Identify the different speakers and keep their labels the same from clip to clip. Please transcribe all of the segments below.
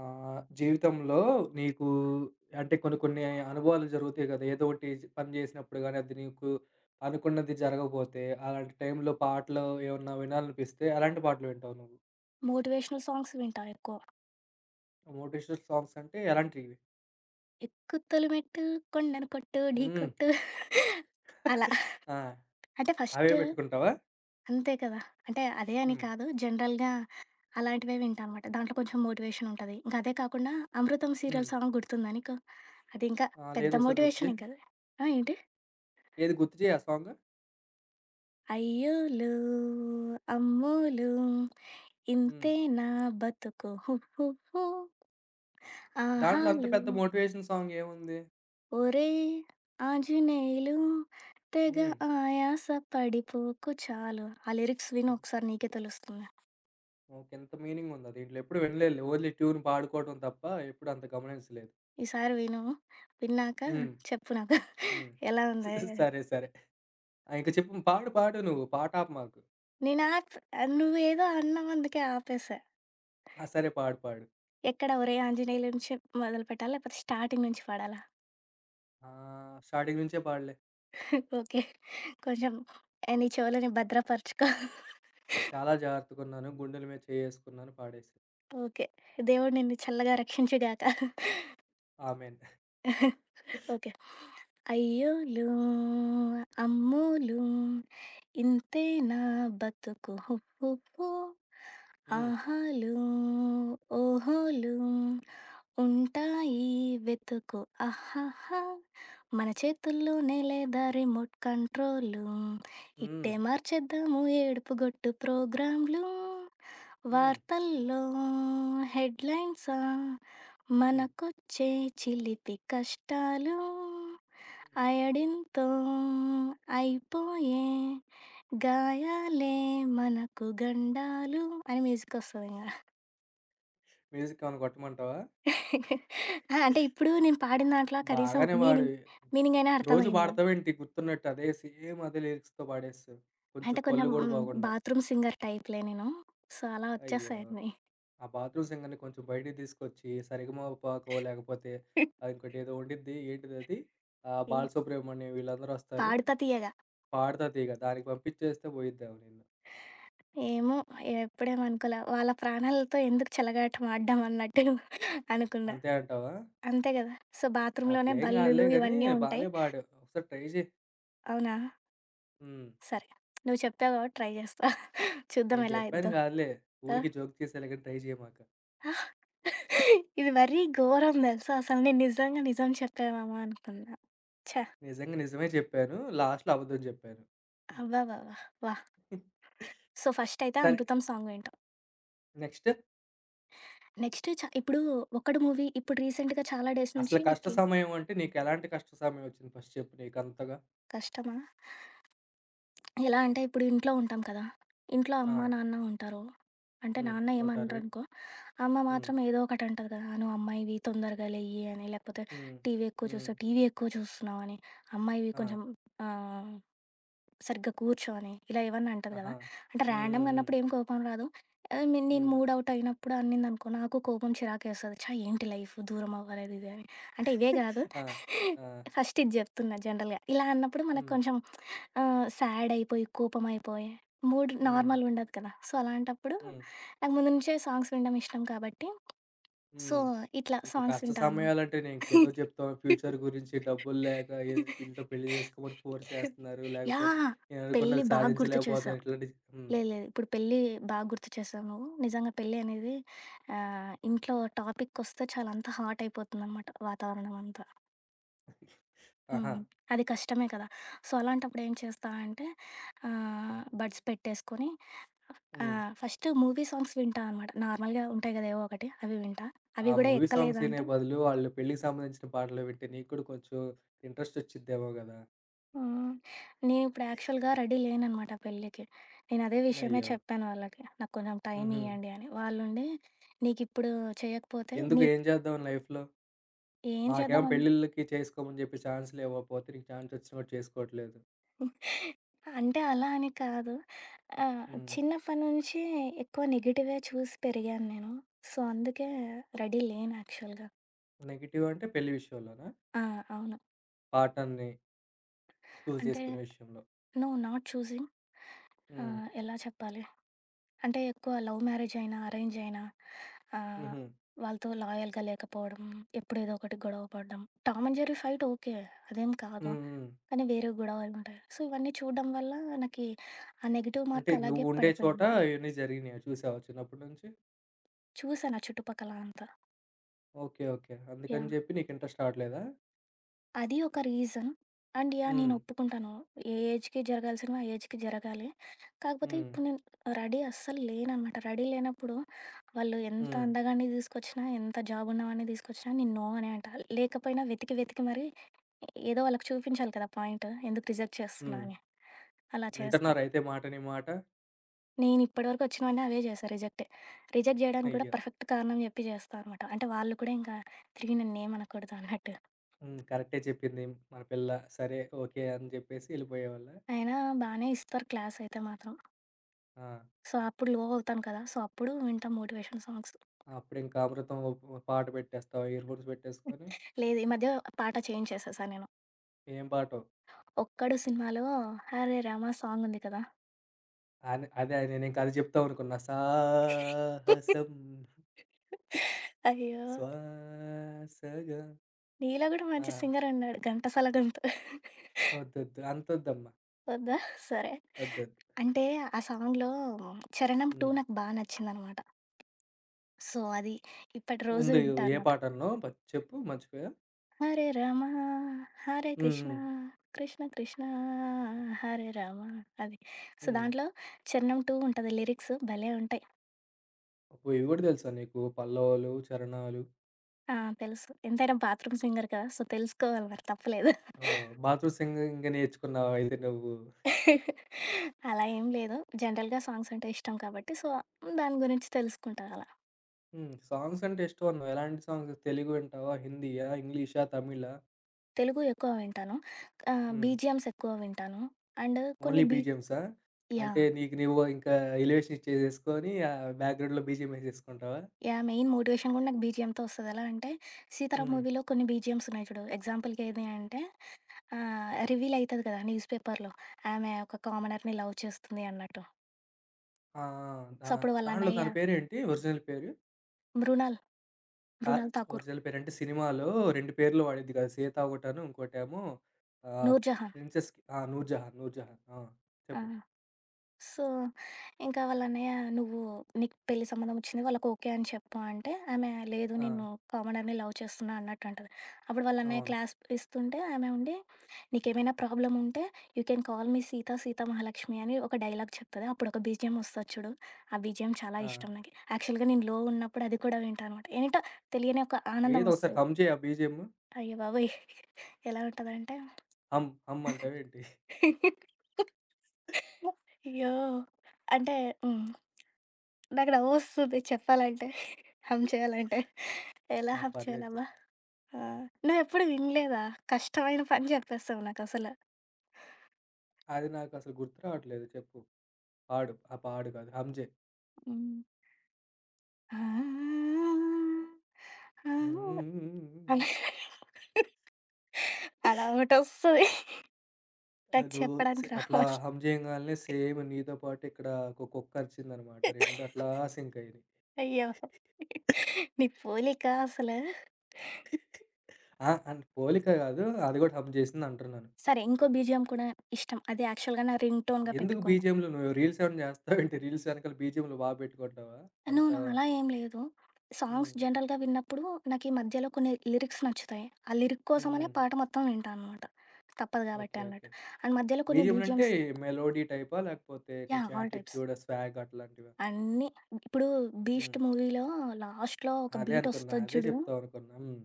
Speaker 1: జీవితంలో నీకు అంటే కొన్ని కొన్ని అనుభవాలు జరుగుతాయి కదా! ఏదో ఒకటి పని చేసినప్పుడు గాని, అది నీకు అనుకున్నది జరగకపోతే, అలాంటి టైంలో పాటలు ఏమన్నా వినాలనిపిస్తే ఎలాంటి పాటలు వింటావు నువ్వు?
Speaker 2: మోటివేషనల్ సాంగ్స్ వింటా ఎక్కువ.
Speaker 1: మోటివేషనల్ సాంగ్స్ అంటే ఎలాంటివి?
Speaker 2: 'ఎక్కుతలు మెట్టు కొండను కొట్టు ఢీ
Speaker 1: హ్మ్.
Speaker 2: కొట్టు' అలా.
Speaker 1: ఆ!
Speaker 2: అంటే ఫస్ట్
Speaker 1: అవే పెట్టుకుంటావా?
Speaker 2: అంతే కదా! అంటే అదే అని
Speaker 1: హ్మ్.
Speaker 2: కాదు. జనరల్‌గా అలాంటివే వింటా అనమాట. దాంట్లో కొంచెం మోటివేషన్ ఉంటది. ఇంకా అదే కాకుండా 'అమృతం'
Speaker 1: హ్మ్.
Speaker 2: సీరియల్ సాంగ్ గుర్తుందా నీకు? అది ఇంకా
Speaker 1: ఆ!
Speaker 2: పెద్ద
Speaker 1: లేదు, ఒకసారి గుర్తు
Speaker 2: మోటివేషన్
Speaker 1: చేయి.
Speaker 2: ఇంకది. ఆ! ఏంటి?
Speaker 1: ఏది గుర్తు చేయి ఆ సాంగ్?
Speaker 2: అయ్యోలు అమ్మోలు
Speaker 1: హ్మ్.
Speaker 2: ఇంతేనా బతుకు హుహుహు
Speaker 1: దాంట్లో అంత
Speaker 2: ఆహాలు
Speaker 1: పెద్ద మోటివేషన్ సాంగ్ ఏముంది?
Speaker 2: ఒరేయ్ ఆంజనేయులు తెగ
Speaker 1: హ్మ్.
Speaker 2: ఆయాస పడిపోకు చాలు. ఆ లిరిక్స్ విను ఒకసారి నీకే తెలుస్తుంది.
Speaker 1: ఓకే. ఇంత మీనింగ్ ఉందా దీంట్లో? ఎప్పుడు వినలేదులే. ఓన్లీ ట్యూన్ పాడుకోవడం తప్ప ఎప్పుడు అంత గమనించలేదు.
Speaker 2: ఈసారి విను. విన్నాక
Speaker 1: హ్మ్.
Speaker 2: చెప్పు నాకు
Speaker 1: హ్మ్.
Speaker 2: ఎలా ఉంది అది.
Speaker 1: సరే, సరే. ఆ! ఇంక చెప్పు పాడు, పాడు నువ్వు. పాటాపు మాకు.
Speaker 2: నేను ఆప్ నువ్వేదో అన్నావు అందుకే ఆపేసా.
Speaker 1: ఆ! సరే పాడు, పాడు.
Speaker 2: ఎక్కడ ఒరేయ్ ఆంజనేయులు నుంచి మొదలుపెట్టాలా? లేకపోతే స్టార్టింగ్ నుంచి పాడాలా?
Speaker 1: స్టార్టింగ్ నుంచే పాడులే.
Speaker 2: ఓకే. కొంచెం నీ చెవులని భద్రపరచుకో.
Speaker 1: చాలా జాగ్రత్తగున్నాను. గుండెల మీద చేయేసుకున్నాను పాడేసేయి.
Speaker 2: ఓకే. దేవుడు నిన్ను చల్లగా రక్షించుగాక.
Speaker 1: ఆమేన్.
Speaker 2: ఓకే. అయ్యోలు అమ్మోలు ఇంతేనా బతుకు హుహుహు
Speaker 1: హ్మ్.
Speaker 2: ఆహాలు ఓహోలు ఉంటాయి వెతుకు అహహా మన చేతుల్లోనే లేదా రిమోట్ కంట్రోలు
Speaker 1: హ్మ్.
Speaker 2: ఇట్టే మార్చేద్దాము ఏడుపు గొట్టు ప్రోగ్రాంలు
Speaker 1: హ్మ్.
Speaker 2: వార్తల్లో హెడ్లైన్సా
Speaker 1: హ్మ్.
Speaker 2: మనకొచ్చే చిలిపి కష్టాలు అయడింతో అయిపోయే గాయాలే మనకు గండాలు అని మ్యూజిక్ వస్తది ఇంగ.
Speaker 1: మ్యూజిక్ ఏమన్నా కొట్టమంటావా?
Speaker 2: ఆ! అంటే ఇప్పుడు నేను పాడిన దాంట్లో కనీసం
Speaker 1: బాగానే
Speaker 2: మీనింగ్
Speaker 1: పాడివి.
Speaker 2: మీనింగ్ అయినా
Speaker 1: రోజు
Speaker 2: అర్థమైందా?
Speaker 1: పాడతావేంటి గుర్తున్నట్టు అదే సేమ్ అదే లిరిక్స్‌తో పాడేస్తావు. కొంచెం
Speaker 2: అంటే
Speaker 1: పళ్ళు
Speaker 2: కొంచెం
Speaker 1: గూడా
Speaker 2: హ్మ్.
Speaker 1: పోకుండా.
Speaker 2: బాత్రూమ్ సింగర్ టైప్‌లే నేను. సో, అలా
Speaker 1: అయ్యో!
Speaker 2: వచ్చేస్తాయన్నీ.
Speaker 1: ఆ బాత్రూమ్ సింగర్‌ని కొంచెం బయటికి తీసుకొచ్చి, 'సరిగమపక'ో లేకపోతే ఇంకోటేదో ఉండిద్ది. ఏంటిదది? 'బాలసుబ్రహ్మణ్యం' వీళ్ళందరొస్తారు.
Speaker 2: పాడుతా తీయగా.
Speaker 1: 'పాడుతా తీగ' దానికి పంపించేస్తే పోయిద్దేమో నిన్ను.
Speaker 2: ఏమో ఎప్పుడేమనుకోలే. వాళ్ళ ప్రాణాలతో ఎందుకు చెలగాటం ఆడడం అన్నట్టు అనుకున్నా.
Speaker 1: అంతే అంటావా?
Speaker 2: అంతే గదా! సో, బాత్రూమ్‌లోనే
Speaker 1: అట్లేం
Speaker 2: బల్లులు
Speaker 1: కాదులే గానీ,
Speaker 2: ఇవన్నీ ఉంటాయి.
Speaker 1: బానే పాడావు. ఒకసారి ట్రై చెయి.
Speaker 2: అవునా?
Speaker 1: హ్మ్.
Speaker 2: సరే. నువ్వు చెప్పావు కాబట్టి ట్రై చేస్తా. చూద్దాం
Speaker 1: నేను
Speaker 2: ఎలా
Speaker 1: చెప్పాను
Speaker 2: అయిద్దో.
Speaker 1: కాదులే.
Speaker 2: ఆ!
Speaker 1: ఊరికే జోక్ తీసేలే గాని ట్రై చేయమాక.
Speaker 2: ఇది మరీ ఘోరం తెలుసా! అసలు నేను నిజంగా నిజం చెప్పామేమో అనుకున్నా. ఛ!
Speaker 1: నిజంగా నిజమే చెప్పాను. లాస్ట్‌లో అబద్ధం చెప్పాను.
Speaker 2: అబ్బబ్బబ్బా! వాహ్! సో, ఫస్ట్ అయితే
Speaker 1: సరే.
Speaker 2: 'అమృతం' సాంగ్ వింటాం.
Speaker 1: నెక్స్ట్
Speaker 2: నెక్స్ట్ చ ఇప్పుడు 'ఒక్కడు' మూవీ ఇప్పుడు రీసెంట్‌గా చాలా డేస్
Speaker 1: అసలు
Speaker 2: నుంచి
Speaker 1: కష్ట
Speaker 2: నాకి
Speaker 1: సమయం అంటే నీకెలాంటి కష్ట సమయం ఒచ్చింది ఫస్ట్ చెప్పు నీకంతగా?
Speaker 2: కష్టమా? ఎలా అంటే ఇప్పుడు ఇంట్లో ఉంటాం కదా! ఇంట్లో
Speaker 1: ఆ!
Speaker 2: అమ్మ, నాన్న ఉంటారు. అంటే
Speaker 1: హ్మ్.
Speaker 2: నాన్న
Speaker 1: ఉంటారు.
Speaker 2: ఏమనరనుకో. అమ్మ
Speaker 1: హ్మ్.
Speaker 2: మాత్రం ఏదో ఒకటి అంటది కదా! "నువ్వు అమ్మాయివి తొందరగా లెయ్యి" అని, లేకపోతే
Speaker 1: హ్మ్.
Speaker 2: "టీవీ ఎక్కువ
Speaker 1: హ్మ్.
Speaker 2: చూస్తావు, టీవీ ఎక్కువ చూస్తున్నావు" అని, "అమ్మాయివి
Speaker 1: ఆ!
Speaker 2: కొంచెం ఆహ్, సరిగ్గా కూర్చో" అని, ఇలా ఏవన్నా అంటది కదా!
Speaker 1: ఆహా!
Speaker 2: అంటే
Speaker 1: హ్మ్.
Speaker 2: ర్యాండమ్‌గా
Speaker 1: హ్మ్.
Speaker 2: అన్నప్పుడు ఏం కోపం రాదు. నే
Speaker 1: హ్మ్.
Speaker 2: నేను
Speaker 1: హ్మ్.
Speaker 2: మూడ్ అవుట్ అయినప్పుడు అనిందనుకో నాకు కోపం చిరాకేస్తది. ఛా! ఏంటి లైఫ్ దూరం అవ్వలేదు ఇది అని. అంటే ఇవే కాదు
Speaker 1: ఆ! ఆ!
Speaker 2: ఫస్ట్ ఇది చెప్తున్నా జనరల్‌గా. ఇలా అన్నప్పుడు మనకు
Speaker 1: హ్మ్.
Speaker 2: కొంచెం సాడ్ అయిపోయి, కోపం అయిపోయి, మూడ్
Speaker 1: హ్మ్.
Speaker 2: నార్మల్‌గుండదు కదా! సో, అలాంటప్పుడు
Speaker 1: హ్మ్.
Speaker 2: నాకు ముందు నుంచే సాంగ్స్ వినడం ఇష్టం కాబట్టి, సో,
Speaker 1: హ్మ్.
Speaker 2: ఇట్లా
Speaker 1: ఇంక
Speaker 2: సాంగ్స్
Speaker 1: కష్ట
Speaker 2: వింటా అనమాట.
Speaker 1: సమయాలంటేనే ఇంకేదో చెప్తాం. ఫ్యూచర్ గురించి డబ్బులు లేక ఏ వీళ్ళతో పెళ్లి చేసుకోమని ఫోర్స్ చేస్తున్నారు. లేకపోతే
Speaker 2: యాహ్!
Speaker 1: నేను
Speaker 2: పెళ్లి
Speaker 1: అనుకున్నది
Speaker 2: బాగా గుర్తు చేసావు.
Speaker 1: సాధించలేకపోతున్నాను. ఇట్లాంటి హ్మ్.
Speaker 2: లేదు, లేదు. ఇప్పుడు పెళ్లి బాగా గుర్తు చేసావు నువ్వు. నిజంగా పెళ్లి అనేది ఇంట్లో టాపికొస్తే చాలా అంతా హాట్ అయిపోతుందనమాట వాతావరణం అంతా.
Speaker 1: ఆహా!
Speaker 2: హ్మ్. అది కష్టమే కదా! సో, అలాంటప్పుడు ఏం చేస్తా అంటే బడ్స్ పెట్టేసుకొని
Speaker 1: హ్మ్.
Speaker 2: ఫస్ట్ మూవీ సాంగ్స్ వింటా అనమాట. నార్మల్‌గా ఉంటాయి కదా! ఏవో ఒకటి అవి వింటా. అవి
Speaker 1: ఆ
Speaker 2: కూడా
Speaker 1: మూవీ సాంగ్స్ వినే
Speaker 2: ఎక్కలేదంటే
Speaker 1: బదులు వాళ్ళు పెళ్ళికి సంబంధించిన పాటలు వింటే నీకు కూడా కొంచెం ఇంట్రెస్ట్ వచ్చిద్దేమో గదా!
Speaker 2: హ్మ్. నేనిప్పుడు యాక్చువల్‌గా రెడీ లేననమాట పెళ్ళికి. నేనదే విషయమే
Speaker 1: అయ్యో!
Speaker 2: చెప్పాను వాళ్ళకి. నాకు కొంచెం టైం
Speaker 1: హుహు.
Speaker 2: ఇయ్యండి అని. వాళ్ళుండి నీకిప్పుడు చేయకపోతే
Speaker 1: ఎందుకు
Speaker 2: నీ
Speaker 1: ఏం చేద్దాం లైఫ్‌లో?
Speaker 2: ఏం
Speaker 1: మాకేమో
Speaker 2: చేద్దామని
Speaker 1: పెళ్ళిళ్ళకి చేసుకోమని చెప్పి ఛాన్స్‌లు ఇవ్వకపోతే నీకు ఛాన్స్ వచ్చినా కూడా చేసుకోవట్లేదు.
Speaker 2: అంటే అలా అని కాదు. ఆహ్,
Speaker 1: హ్మ్.
Speaker 2: చిన్నప్పటి నుంచి ఎక్కువ నెగెటివే చూసి పెరిగాను నేను. సో, అందుకే రెడీ లేను యాక్చువల్‌గా.
Speaker 1: నెగెటివ్ అంటే పెళ్లి విషయంలోనా?
Speaker 2: ఆ! అవును.
Speaker 1: పార్ట్నర్‌ని చూజ్
Speaker 2: అంటే
Speaker 1: చేసుకునే విషయంలో.
Speaker 2: నో నాట్ చూసింగ్
Speaker 1: హ్మ్.
Speaker 2: ఎలా చెప్పాలి? అంటే ఎక్కువ లవ్ మ్యారేజ్ అయినా, అరేంజ్ అయినా ఆహ్,
Speaker 1: హుహు.
Speaker 2: వాళ్ళతో లాయల్‌గా లేకపోవడం, ఎప్పుడు ఏదో ఒకటి గొడవ పడడం. Tom and Jerry fight okay. అదేం కాదు.
Speaker 1: హ్మ్. హ్మ్.
Speaker 2: కానీ వేరే గొడవలుంటాయి. సో, ఇవన్నీ చూడడం వల్ల నాకీ ఆ నెగెటివ్
Speaker 1: అంటే
Speaker 2: మార్క్
Speaker 1: నువ్వు
Speaker 2: అలాగే
Speaker 1: ఉండే చోట
Speaker 2: పడిపోయింది.
Speaker 1: ఇవన్నీ జరిగినాయా చూసావా చిన్నప్పటి నుంచి?
Speaker 2: చూసా నా చుట్టుపక్కల అంతా.
Speaker 1: ఓకే. ఓకే. అందుకని
Speaker 2: యాహ్!
Speaker 1: చెప్పి నీకు ఇంట్రెస్ట్ రావట్లేదా?
Speaker 2: అది ఒక రీజన్. And yeah! నేను
Speaker 1: హ్మ్.
Speaker 2: ఒప్పుకుంటాను. ఏ ఏజ్‌కి జరగాల్సినవి ఆ ఏజ్‌కి జరగాలి. కాకపోతే
Speaker 1: హ్మ్.
Speaker 2: ఇప్పుడు నేను రెడీ అస్సలు లేననమాట. రెడీ లేనప్పుడు వాళ్ళు ఎంత
Speaker 1: హ్మ్.
Speaker 2: అందగాడిని తీసుకొచ్చినా, ఎంత జాబ్ ఉన్నవాడిని తీసుకొచ్చినా నేను నో అనే అంటా. లేకపోయినా వెతికి వెతికి మరి ఏదో వాళ్ళకి చూపించాలి కదా పాయింట్. ఎందుకు రిజెక్ట్ చేస్తున్నా
Speaker 1: హ్మ్.
Speaker 2: అని. అలా చేస్తా.
Speaker 1: వింటున్నారా అయితే మాట నీ మాట?
Speaker 2: నేను ఇప్పటివరకు వచ్చినవన్నీ అవే చేశా రిజెక్టే. రిజెక్ట్ జేయడానికి కూడా
Speaker 1: అయ్యో!
Speaker 2: పర్ఫెక్ట్ కారణం చెప్పి చేస్తా అనమాట. అంటే వాళ్ళు కూడా ఇంకా తిరిగి నన్నేమనకూడదు అన్నట్టు.
Speaker 1: హ్మ్. కరెక్టే చెప్పింది మన పిల్ల. సరే ఓకే అని చెప్పేసి ఎళ్ళిపోయేవాళ్ళా?
Speaker 2: అయినా బానే ఇస్తారు క్లాస్ అయితే మాత్రం.
Speaker 1: ఆ!
Speaker 2: సో, అప్పుడు లో అవుతాను కదా! సో, అప్పుడు వింటా మోటివేషన్ సాంగ్స్.
Speaker 1: అప్పుడింకా అమృతం ఓ పాట పెట్టేస్తావా ఇయర్ ఫోన్స్ పెట్టేసుకొని.
Speaker 2: లేదు ఈ మధ్య పాట చేంజ్ చేసేసా నేను.
Speaker 1: ఏం పాటో?
Speaker 2: 'ఒక్కడు' సినిమాలో 'హరే రామ' సాంగ్ ఉంది కదా!
Speaker 1: అని అదే నేనింక అది చెప్దాం అనుకున్నా. సాహసం
Speaker 2: అయ్యో!
Speaker 1: శ్వాసగా
Speaker 2: నీలో గూడా
Speaker 1: ఆ!
Speaker 2: మంచి సింగర్ ఉన్నాడు 'ఘంటసాల' గొంతు.
Speaker 1: ఒద్దొద్దు. అంతొద్దమ్మా.
Speaker 2: వద్దా? సరే.
Speaker 1: ఒద్దొద్దు.
Speaker 2: అంటే ఆ సాంగ్‌లో 'చరణం
Speaker 1: హ్మ్.
Speaker 2: 2' నాకు బా నచ్చిందనమాట. సో, అది ఇప్పటి రోజు
Speaker 1: ముందు ఏ
Speaker 2: వింటాను.
Speaker 1: పాటన్నావు? బ చెప్పు మర్చిపోయా.
Speaker 2: హరే రామ హరే
Speaker 1: హ్మ్.
Speaker 2: కృష్ణ
Speaker 1: హ్మ్.
Speaker 2: కృష్ణ కృష్ణ హరే రామ అది సో
Speaker 1: హ్మ్.
Speaker 2: దాంట్లో చరణం టూ ఉంటుంది లిరిక్స్ భలే ఉంటాయి
Speaker 1: అబ్బో! ఇవి గూడా తెలుసా నీకు? పల్లవులు, చరణాలు.
Speaker 2: ఆ, తెలుసు ఎంతైనా బాత్రూమ్ సింగర్ కదా సో తెలుసుకోవాలి మరి తప్పలేదు
Speaker 1: ఓహ్! 'బాత్రూమ్ సింగింగ్' నేర్చుకున్నావా అయితే నువ్వు?
Speaker 2: అలా ఏం లేదు జనరల్గా సాంగ్స్ అంటే ఇష్టం కాబట్టి సో దాని గురించి తెలుసుకుంటాను అలా
Speaker 1: హ్మ్. సాంగ్స్ అంటే ఇష్టమన్నావు. ఎలాంటి సాంగ్స్? తెలుగు వింటావా? హిందీయా? ఇంగ్లీషా? తమిళా?
Speaker 2: తెలుగు ఎక్కువ వింటాను
Speaker 1: హ్మ్.
Speaker 2: బీజిఎమ్స్ ఎక్కువ వింటాను అండ్ కొన్ని
Speaker 1: ఓన్లీ
Speaker 2: బీ
Speaker 1: బీజీఎమ్సా?
Speaker 2: యా
Speaker 1: అంటే నీకు నువ్వు ఇంకా ఎలివేషన్ ఇచ్చేసేసుకొని బ్యాక్‌గ్రౌండ్‌లో బీజీఎం ఏసేసుకుంటావా?
Speaker 2: యాహ్! మెయిన్ మోటివేషన్ గూడా నాకు బీజీఎం‌తో వస్తది. ఎలా అంటే 'సీతారాం'
Speaker 1: హ్మ్.
Speaker 2: మూవీలో కొన్ని బీజీఎమ్స్ ఉన్నాయి చూడు. ఎగ్జాంపుల్‌కి ఏది అంటే రివీల్ అయితది కదా! న్యూస్ పేపర్‌లో ఆమె ఒక కామనర్‌ని లవ్ చేస్తుంది అన్నట్టు.
Speaker 1: ఆ! ఆ! దా
Speaker 2: సో, అప్పుడు వాళ్ళ
Speaker 1: దాంట్లో
Speaker 2: అన్నయ్య
Speaker 1: దాని పేరేంటి ఒరిజినల్ పేరు?
Speaker 2: మృణాల్,
Speaker 1: కా
Speaker 2: మృణాల్ ఠాకూర్
Speaker 1: ఒరిజినల్ పేరంటే సినిమాలో 2 పేర్లు వాడిద్ది కదా! 'సీత' ఒకటను ఇంకోటేమో ఆహ్,
Speaker 2: 'నూర్‌జహాన్'
Speaker 1: 'ప్రిన్సెస్‌కి' ఆ! 'నూర్‌జహాన్', 'నూర్‌జహాన్' ఆ!
Speaker 2: ఆ!
Speaker 1: చెప్పు.
Speaker 2: సో, ఇంకా వాళ్ళ అన్నయ్య, "నువ్వు నీకు పెళ్లి సంబంధం వచ్చింది. వాళ్ళకి ఓకే అని చెప్పు" అంటే, ఆమె "లేదు
Speaker 1: ఆ!
Speaker 2: నేను కామనర్‌ని లవ్ చేస్తున్నా" అన్నట్టు అంటది. అప్పుడు వాళ్ళ అన్నయ్య
Speaker 1: అవును.
Speaker 2: క్లాస్ప్ ఇస్తుంటే, ఆమె ఉండి, "నీకేమైనా ప్రాబ్లమ్ ఉంటే you can call me Sita, Sita Mahalakshmi" అని ఒక డైలాగ్ చెప్తది. అప్పుడు ఒక బీజీఎం వస్తది చూడు, ఆ బీజీఎం చాలా
Speaker 1: ఆ!
Speaker 2: ఇష్టం నాకి. యాక్చువల్‌గా నేను లో ఉన్నప్పుడు అది కూడా వింటా అనమాట. ఏంటో తెలియని ఒక ఆనందం
Speaker 1: ఏదో ఒకసారి
Speaker 2: వస్తది.
Speaker 1: హమ్ చేయి ఆ బీజీఎం.
Speaker 2: అయ్య బాబోయ్! ఎలా ఉంటదంటే
Speaker 1: హమ్, హమ్ అంటావేంటి?
Speaker 2: అయ్యో! అంటే హ్మ్. నాకు నవ్వొస్తుంది చెప్పాలంటే. హమ్ చేయాలంటే. ఎలా
Speaker 1: ఆ!
Speaker 2: హమ్
Speaker 1: పర్లేదు చెయి.
Speaker 2: చేయాలబ్బా? ఆ! నువ్వెప్పుడు వినలేదా? కష్టమైన పని చెప్పేస్తావు నాకసల.
Speaker 1: అది నాకసలు గుర్తు రావట్లేదు చెప్పు. పాడు. ఆ! పాడు కాదు. హమ్ చేయి.
Speaker 2: హ్మ్. ఆ! ఆ!
Speaker 1: హ్మ్.
Speaker 2: అలా అలా ఒకటొస్తది.
Speaker 1: ఆ!
Speaker 2: నాకు
Speaker 1: నువ్వు సే
Speaker 2: చెప్పడానికి
Speaker 1: అట్లా
Speaker 2: రావట్లే.
Speaker 1: హమ్ చేయంగాల్నే సేమ్ నీతో పాటు ఇక్కడ ఒక కుక్క అరిచిందనమాట. 2 అట్లా సింక్ అయినాయి.
Speaker 2: అయ్యో! నీ పోలిక అసలు.
Speaker 1: ఆ! అండ్ పోలిక కాదు. అది కూడా హమ్ చేసింది అంటున్నాను.
Speaker 2: సరే ఇంకో బీజీఎం కూడా ఇష్టం. అది యాక్చువల్‌గా నా రింగ్ టోన్‌గా
Speaker 1: ఎందుకు
Speaker 2: పెట్టుకున్నా.
Speaker 1: బీజీఎంలు నువ్వు రీల్స్ ఏమన్నా చేస్తావేంటి? రీల్స్ వెనకాల బీజీఎంలు బాగా పెట్టుకుంటావా?
Speaker 2: నో.
Speaker 1: అంత
Speaker 2: నో. అలా ఏం లేదు. సాంగ్స్
Speaker 1: హ్మ్.
Speaker 2: జనరల్‌గా విన్నప్పుడు నాకీ మధ్యలో కొన్ని లిరిక్స్ నచ్చుతాయి. ఆ లిరిక్ కోసమనే
Speaker 1: హ్మ్.
Speaker 2: పాట మొత్తం వింటా అనమాట. తప్పదు
Speaker 1: ఓకే.
Speaker 2: గాబట్టి
Speaker 1: ఓకే.
Speaker 2: అన్నట్టు. అండ్ మధ్యలో కొన్ని
Speaker 1: బీజీఎంలంటే
Speaker 2: బీజీఎమ్స్
Speaker 1: మెలోడీ టైపా? లేకపోతే
Speaker 2: యాహ్!
Speaker 1: కొంచెం
Speaker 2: ఆల్ టైప్స్.
Speaker 1: యాటిట్యూడ్, స్వాగ్ అట్లాంటివా?
Speaker 2: అన్నీ. ఇప్పుడు
Speaker 1: హ్మ్.
Speaker 2: 'బీస్ట్' మూవీలో లాస్ట్‌లో ఒక
Speaker 1: అదే అనుకున్నా.
Speaker 2: బీటొస్తది
Speaker 1: అదే
Speaker 2: చూడు
Speaker 1: చెప్తావనుకున్నా. హ్మ్.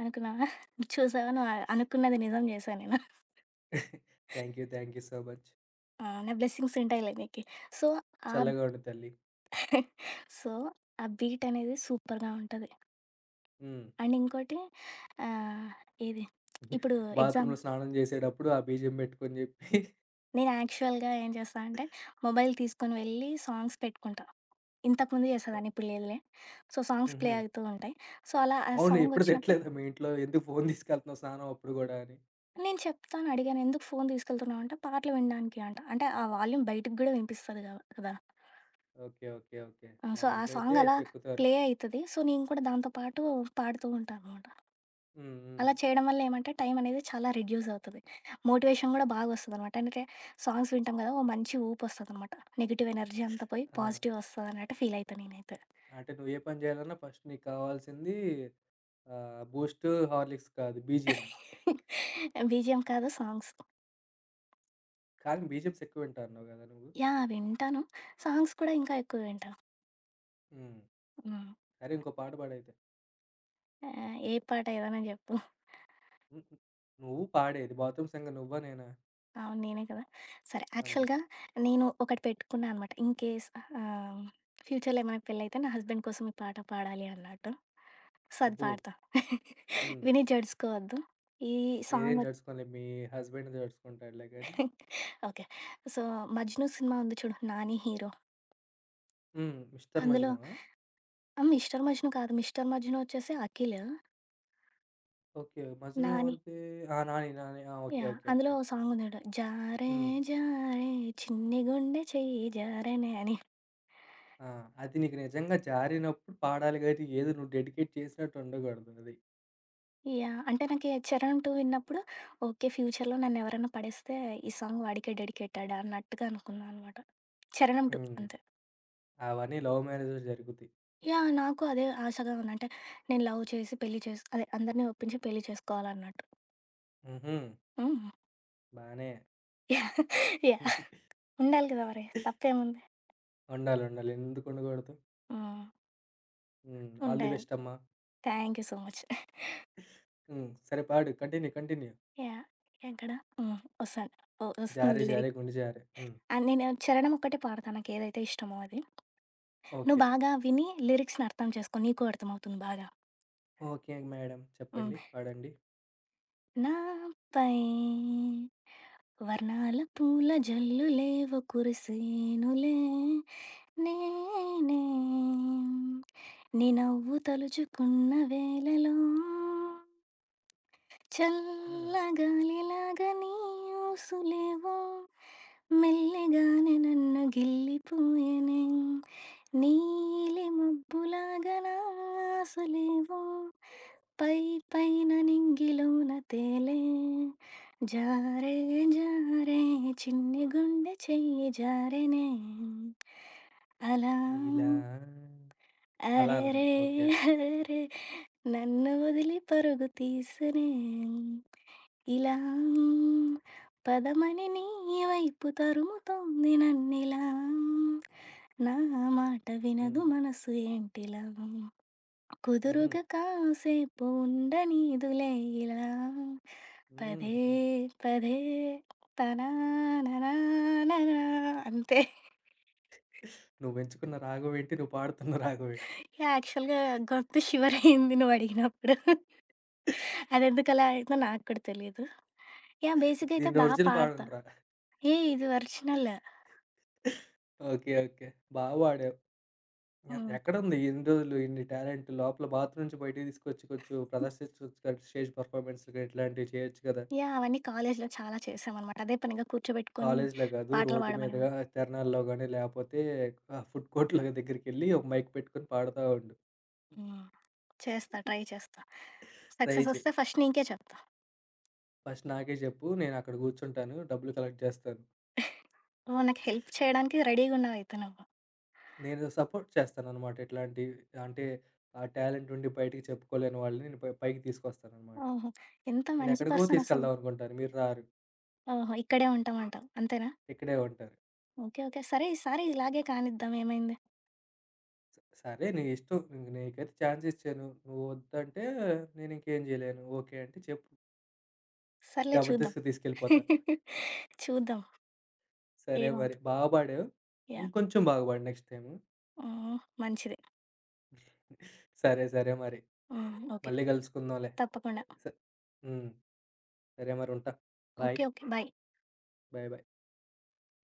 Speaker 2: అనుకున్నావా? చూసావా నువ్వు? అనుకున్నది నిజం చేశా నేను.
Speaker 1: Thank you. Thank you so much.
Speaker 2: ఆ! నా బ్లెస్సింగ్స్ ఉంటాయిలే నీకి. సో, ఆ
Speaker 1: చల్లగా ఉండు తల్లి.
Speaker 2: సో, ఆ బీట్ అనేది సూపర్‌గా ఉంటది.
Speaker 1: హ్మ్.
Speaker 2: అండ్ ఇంకోటి ఆహ్, ఏది ఇప్పుడు ఎగ్జామ్
Speaker 1: బాత్రూమ్‌లో స్నానం జేసేటప్పుడు ఆ బీజీఎం బెట్టుకొని జెప్పి
Speaker 2: నేను యాక్చువల్‌గా ఏం చేస్తా అంటే, మొబైల్ తీసుకొని వెళ్ళి సాంగ్స్ పెట్టుకుంటా. ఇంతకుముందు చేసేదాన్ని, ఇప్పుడు లేదులే. సో, సాంగ్స్
Speaker 1: హుహు.
Speaker 2: ప్లే అవుతూ ఉంటాయి. సో, అలా ఆ
Speaker 1: అవును.
Speaker 2: సాంగ్
Speaker 1: ఎప్పుడు
Speaker 2: వచ్చినప్పుడు
Speaker 1: తిట్టలేదా మీ ఇంట్లో? ఎందుకు ఫోను తీసుకెళ్తున్నావు స్నానం అప్పుడు గూడా అని?
Speaker 2: నేను చెప్తాను, అడిగాను. "ఎందుకు ఫోను తీసుకెళ్తున్నావు?" అంటే, "పాటలు వినడానికి" అంట. అంటే, ఆ వాల్యూమ్ బయటికి గూడా వినిపిస్తది గవ కదా!
Speaker 1: ఓకే. ఓకే. ఓకే.
Speaker 2: ఆ!
Speaker 1: మా
Speaker 2: సో, ఆ
Speaker 1: ఇంట్లో అయితే
Speaker 2: సాంగ్ అలా
Speaker 1: చెక్కుతారు.
Speaker 2: ప్లే అయితది. సో, నేను కూడా దాంతో పాటు పాడుతూ ఉంటాననమాట.
Speaker 1: హ్మ్. హ్మ్.
Speaker 2: అలా చేయడం వల్ల ఏమంటే టైం అనేది చాలా రిడ్యూస్ అవుతది. మోటివేషన్ గూడా బాగా వస్తదనమాట. అంటే సాంగ్స్ వింటాం గదా! ఓ మంచి ఊపొస్తదనమాట. నెగెటివ్ ఎనర్జీ అంతా పోయి
Speaker 1: ఆ!
Speaker 2: పాజిటివ్ వస్తదన్నట్టు ఫీల్ అయితా నేనైతే.
Speaker 1: అంటే నువ్వు ఏ పని జేయాలన్నా ఫస్ట్ నీకు కావాల్సింది బూస్ట్, హార్లిక్స్ కాదు బీజీఎం.
Speaker 2: బీజీఎం కాదు సాంగ్స్.
Speaker 1: కానీ బీజీఎమ్స్ ఎక్కువ వింటా అన్నావు గదా నువ్వు?
Speaker 2: యాహ్! వింటాను. సాంగ్స్ కూడా ఇంకా ఎక్కువ వింటాను.
Speaker 1: హ్మ్.
Speaker 2: హ్మ్.
Speaker 1: సరే ఇంకో పాట పాడైతే.
Speaker 2: ఏ పాట ఏదైనా జెప్పు?
Speaker 1: హుహు. నువ్వు పాడేది బాత్రూమ్ సంగ నువ్వా నేనా?
Speaker 2: అవును. నేనే కదా! సరే.
Speaker 1: హ్మ్.
Speaker 2: యాక్చువల్‌గా నేను ఒకటి పెట్టుకున్నా అనమాట. ఇన్‌కేస్ ఆహ్, ఫ్యూచర్‌లో ఏమైనా పెళ్లయితే నా హస్బెండ్ కోసం ఈ పాట పాడాలి అన్నట్టు. సో, అది
Speaker 1: అబ్బో!
Speaker 2: పాడతా.
Speaker 1: హ్మ్.
Speaker 2: విని జడ్సుకోవద్దు. ఈ
Speaker 1: నేనేం
Speaker 2: సాంగొచ్చి
Speaker 1: జడుసుకోనులే మీ హస్బెండ్‌ని జడుసుకుంటాడులే గాని.
Speaker 2: ఓకే. సో, 'మజ్ను' సినిమా ఉంది చూడు 'నాని' హీరో.
Speaker 1: హ్మ్. 'మిస్టర్
Speaker 2: అందులో
Speaker 1: మజ్ను' ఆ?
Speaker 2: 'మిస్టర్ మజ్ను' కాదు. 'మిస్టర్ మజ్ను' వచ్చేసి 'అఖిల్'.
Speaker 1: ఓకే. 'మజ్ను'
Speaker 2: 'నాని'
Speaker 1: ఎవరిది? ఆ! 'నాని', 'నాని'. ఆ! ఓకే.
Speaker 2: యాహ్!
Speaker 1: ఓకే.
Speaker 2: అందులో
Speaker 1: ఓకే.
Speaker 2: ఓ సాంగుంది చూడు. జారే
Speaker 1: హ్మ్.
Speaker 2: జారే చిన్ని గుండె చెయ్యి జారెనే అని.
Speaker 1: ఆ! అది నీకు నిజంగా జారినప్పుడు పాడాలి గానీ, ఏదో నువ్వు డెడికేట్ చేసినట్టు ఉండకూడదు అది.
Speaker 2: యాహ్! అంటే నాకీ 'చరణ్ 2' విన్నప్పుడు ఓకే. ఫ్యూచర్‌లో నన్నెవరన్నా పడేస్తే ఈ సాంగ్ వాడికే డెడికేటెడ్ అన్నట్టుగా అనుకున్నా అనమాట. 'చరణం 2'
Speaker 1: హ్మ్.
Speaker 2: అంతే.
Speaker 1: అవన్నీ లవ్ మ్యారేజ్‌లో జరుగుతాయి.
Speaker 2: యాహ్! నాకు అదే ఆశగా ఉంది. అంటే నేను లవ్ చేసి పెళ్లి చేసి అదే అందరిని ఒప్పించి పెళ్లి చేసుకోవాలన్నట్టు.
Speaker 1: హుహు.
Speaker 2: హ్మ్.
Speaker 1: బానే
Speaker 2: యాహ్! యాహ్! ఉండాలి కదా! మరి తప్పేముంది.
Speaker 1: ఉండాలి. ఉండాలి. ఎందుకు ఉండకూడదు?
Speaker 2: హ్మ్.
Speaker 1: హ్మ్. ఆల్ ది
Speaker 2: ఉండాలి.
Speaker 1: బెస్ట్ అమ్మా!
Speaker 2: Thank you so much.
Speaker 1: హ్మ్. సరే పాడు. కంటిన్యూ. కంటిన్యూ.
Speaker 2: యాహ్! ఎక్కడ? హ్మ్. వస్తాను. ఓహ్! వస్తుంది
Speaker 1: 'జారె జారె
Speaker 2: లిరిక్.
Speaker 1: గుండె జారె.' హ్మ్.
Speaker 2: ఆ! నేను చరణం ఒక్కటే పాడతా నాకేదైతే ఇష్టమో అది. నువ్వు
Speaker 1: ఓకే.
Speaker 2: బాగా విని లిరిక్స్‌ని అర్థం చేసుకో. నీకు అర్థమవుతుంది బాగా.
Speaker 1: ఓకే మేడమ్ చెప్పండి.
Speaker 2: హ్మ్.
Speaker 1: పాడండి.
Speaker 2: నాపై వర్ణాల పూల జల్లులేవో కురిసేనులే నేనే నీ నవ్వు తలుచుకున్న వేళలో
Speaker 1: హ్మ్.
Speaker 2: చల్లగాలిలాగా నీ ఊసులేవో మెల్లగానే నన్ను గిల్లిపోయేనే నీలి మబ్బులాగలా ఆశలేవో పై పైన నింగిలోన తేలే జారే జారే చిన్ని గుండె చెయ్యి జారెనే అలా
Speaker 1: ఇలా అలానా?
Speaker 2: అరెరే
Speaker 1: ఓకే. ఓకే.
Speaker 2: అరెరే నన్ను వదిలి పరుగు తీసినే ఇలా మ్, పదమని నీ వైపు తరుముతోంది నన్నిలా మ్, నా మాట వినదు
Speaker 1: హ్మ్.
Speaker 2: మనసు ఏంటిలా మ్,
Speaker 1: హుహు.
Speaker 2: కుదురుగా కాసేపు ఉండనీదులే ఇలా పదే
Speaker 1: హుహు.
Speaker 2: పదే తనా ననా ననా అంతే
Speaker 1: నువ్వు ఎంచుకున్న రాగమేంటి? నువ్వు పాడుతున్న రాగమేంటి?
Speaker 2: యాక్చువల్గా గొంతు షివర్ అయింది నువ్వు అడిగినప్పుడు అది ఎందుకు అలా అయిందో నాకు కూడా తెలియదు యా బేసిక్ అయితే
Speaker 1: దీని
Speaker 2: బాగా
Speaker 1: ఒరిజినల్
Speaker 2: పాడతా
Speaker 1: పాడండ్రా.
Speaker 2: ఏ ఇది ఒరిజినల్
Speaker 1: ఓకే. ఓకే. బా పాడావు. ఎ
Speaker 2: హ్మ్.
Speaker 1: ఎక్కడుంది ఇన్ని రోజులు ఇన్ని టాలెంట్? లోపల బాత్రూమ్ నుంచి బయటికి తీసుకొచ్చి కొంచెం ప్రదర్శించొచ్చు కదా! స్టేజ్ పెర్ఫార్మన్స్‌లు ఇట్లాంటివి చేయొచ్చు కదా!
Speaker 2: యాహ్! అవన్నీ కాలేజ్‌లో చాలా చేశామనమాట. అదే పనిగా కూర్చోబెట్టుకొని
Speaker 1: కాలేజ్‌లో కాదు
Speaker 2: పాటలు
Speaker 1: రోడ్డు మీదగా
Speaker 2: పాడమనేవాళ్ళు.
Speaker 1: తిరణాల్లో గాని, లేపోతే ఫుడ్ కోర్ట్‌లో దగ్గరికెళ్ళి ఒక మైక్ పెట్టుకొని పాడుతా ఉండు.
Speaker 2: హ్మ్. చేస్తా. ట్రై చేస్తా.
Speaker 1: ట్రై
Speaker 2: సక్సెస్
Speaker 1: చెయి.
Speaker 2: వస్తే ఫస్ట్ నీకే చెప్తా.
Speaker 1: ఫస్ట్ నాకే చెప్పు. నేనక్కడ కూర్చుంటాను. డబ్బులు కలెక్ట్ చేస్తాను.
Speaker 2: నువ్వు నాకు హెల్ప్ చేయడానికి రెడీగున్నావయితే నువ్వు.
Speaker 1: నేను సపోర్ట్ చేస్తాననమాట. ఇట్లాంటి అంటే ఆ టాలెంట్ ఉండి బయటికి చెప్పుకోలేని వాళ్ళని నేను పై పైకి తీసుకొస్తాననమాట.
Speaker 2: ఓహో! ఎంత మంచి
Speaker 1: నేనెక్కడికో
Speaker 2: పర్సన్ అసలు.
Speaker 1: తీసుకెళ్దాం అనుకుంటాను. మీరు రారు.
Speaker 2: ఓహో! ఇక్కడే ఉంటామంటావు. అంతేనా?
Speaker 1: ఇక్కడే ఉంటారు.
Speaker 2: ఓకే. ఓకే. సరే ఈసారి ఇలాగే కానిద్దాం ఏమైంది?
Speaker 1: స సరే నీ ఇష్టం. ఇంక నీకైతే ఛాన్స్ ఇచ్చాను. నువ్వు వద్దంటే నేనింకేం జేయలేను. ఓకే అంటే చెప్పు.
Speaker 2: సర్లే చూద్దాం.
Speaker 1: జబర్దస్త్‌గా తీసుకెళ్ళిపోతా.
Speaker 2: చూద్దాం
Speaker 1: సరే మరి.
Speaker 2: ఏమవుద్దో.
Speaker 1: బాగా పాడావు.
Speaker 2: యాహ్!
Speaker 1: ఇంకొంచెం బాగా పాడు నెక్స్ట్ టైము.
Speaker 2: హ్మ్. మంచిది.
Speaker 1: సరే సరే మరి.
Speaker 2: హ్మ్. ఓకే.
Speaker 1: మళ్ళీ కలుసుకుందాంలే.
Speaker 2: తప్పకుండా.
Speaker 1: స హ్మ్. సరే మరి ఉంటా. Bye.
Speaker 2: Okay. Okay. Bye.
Speaker 1: Bye bye.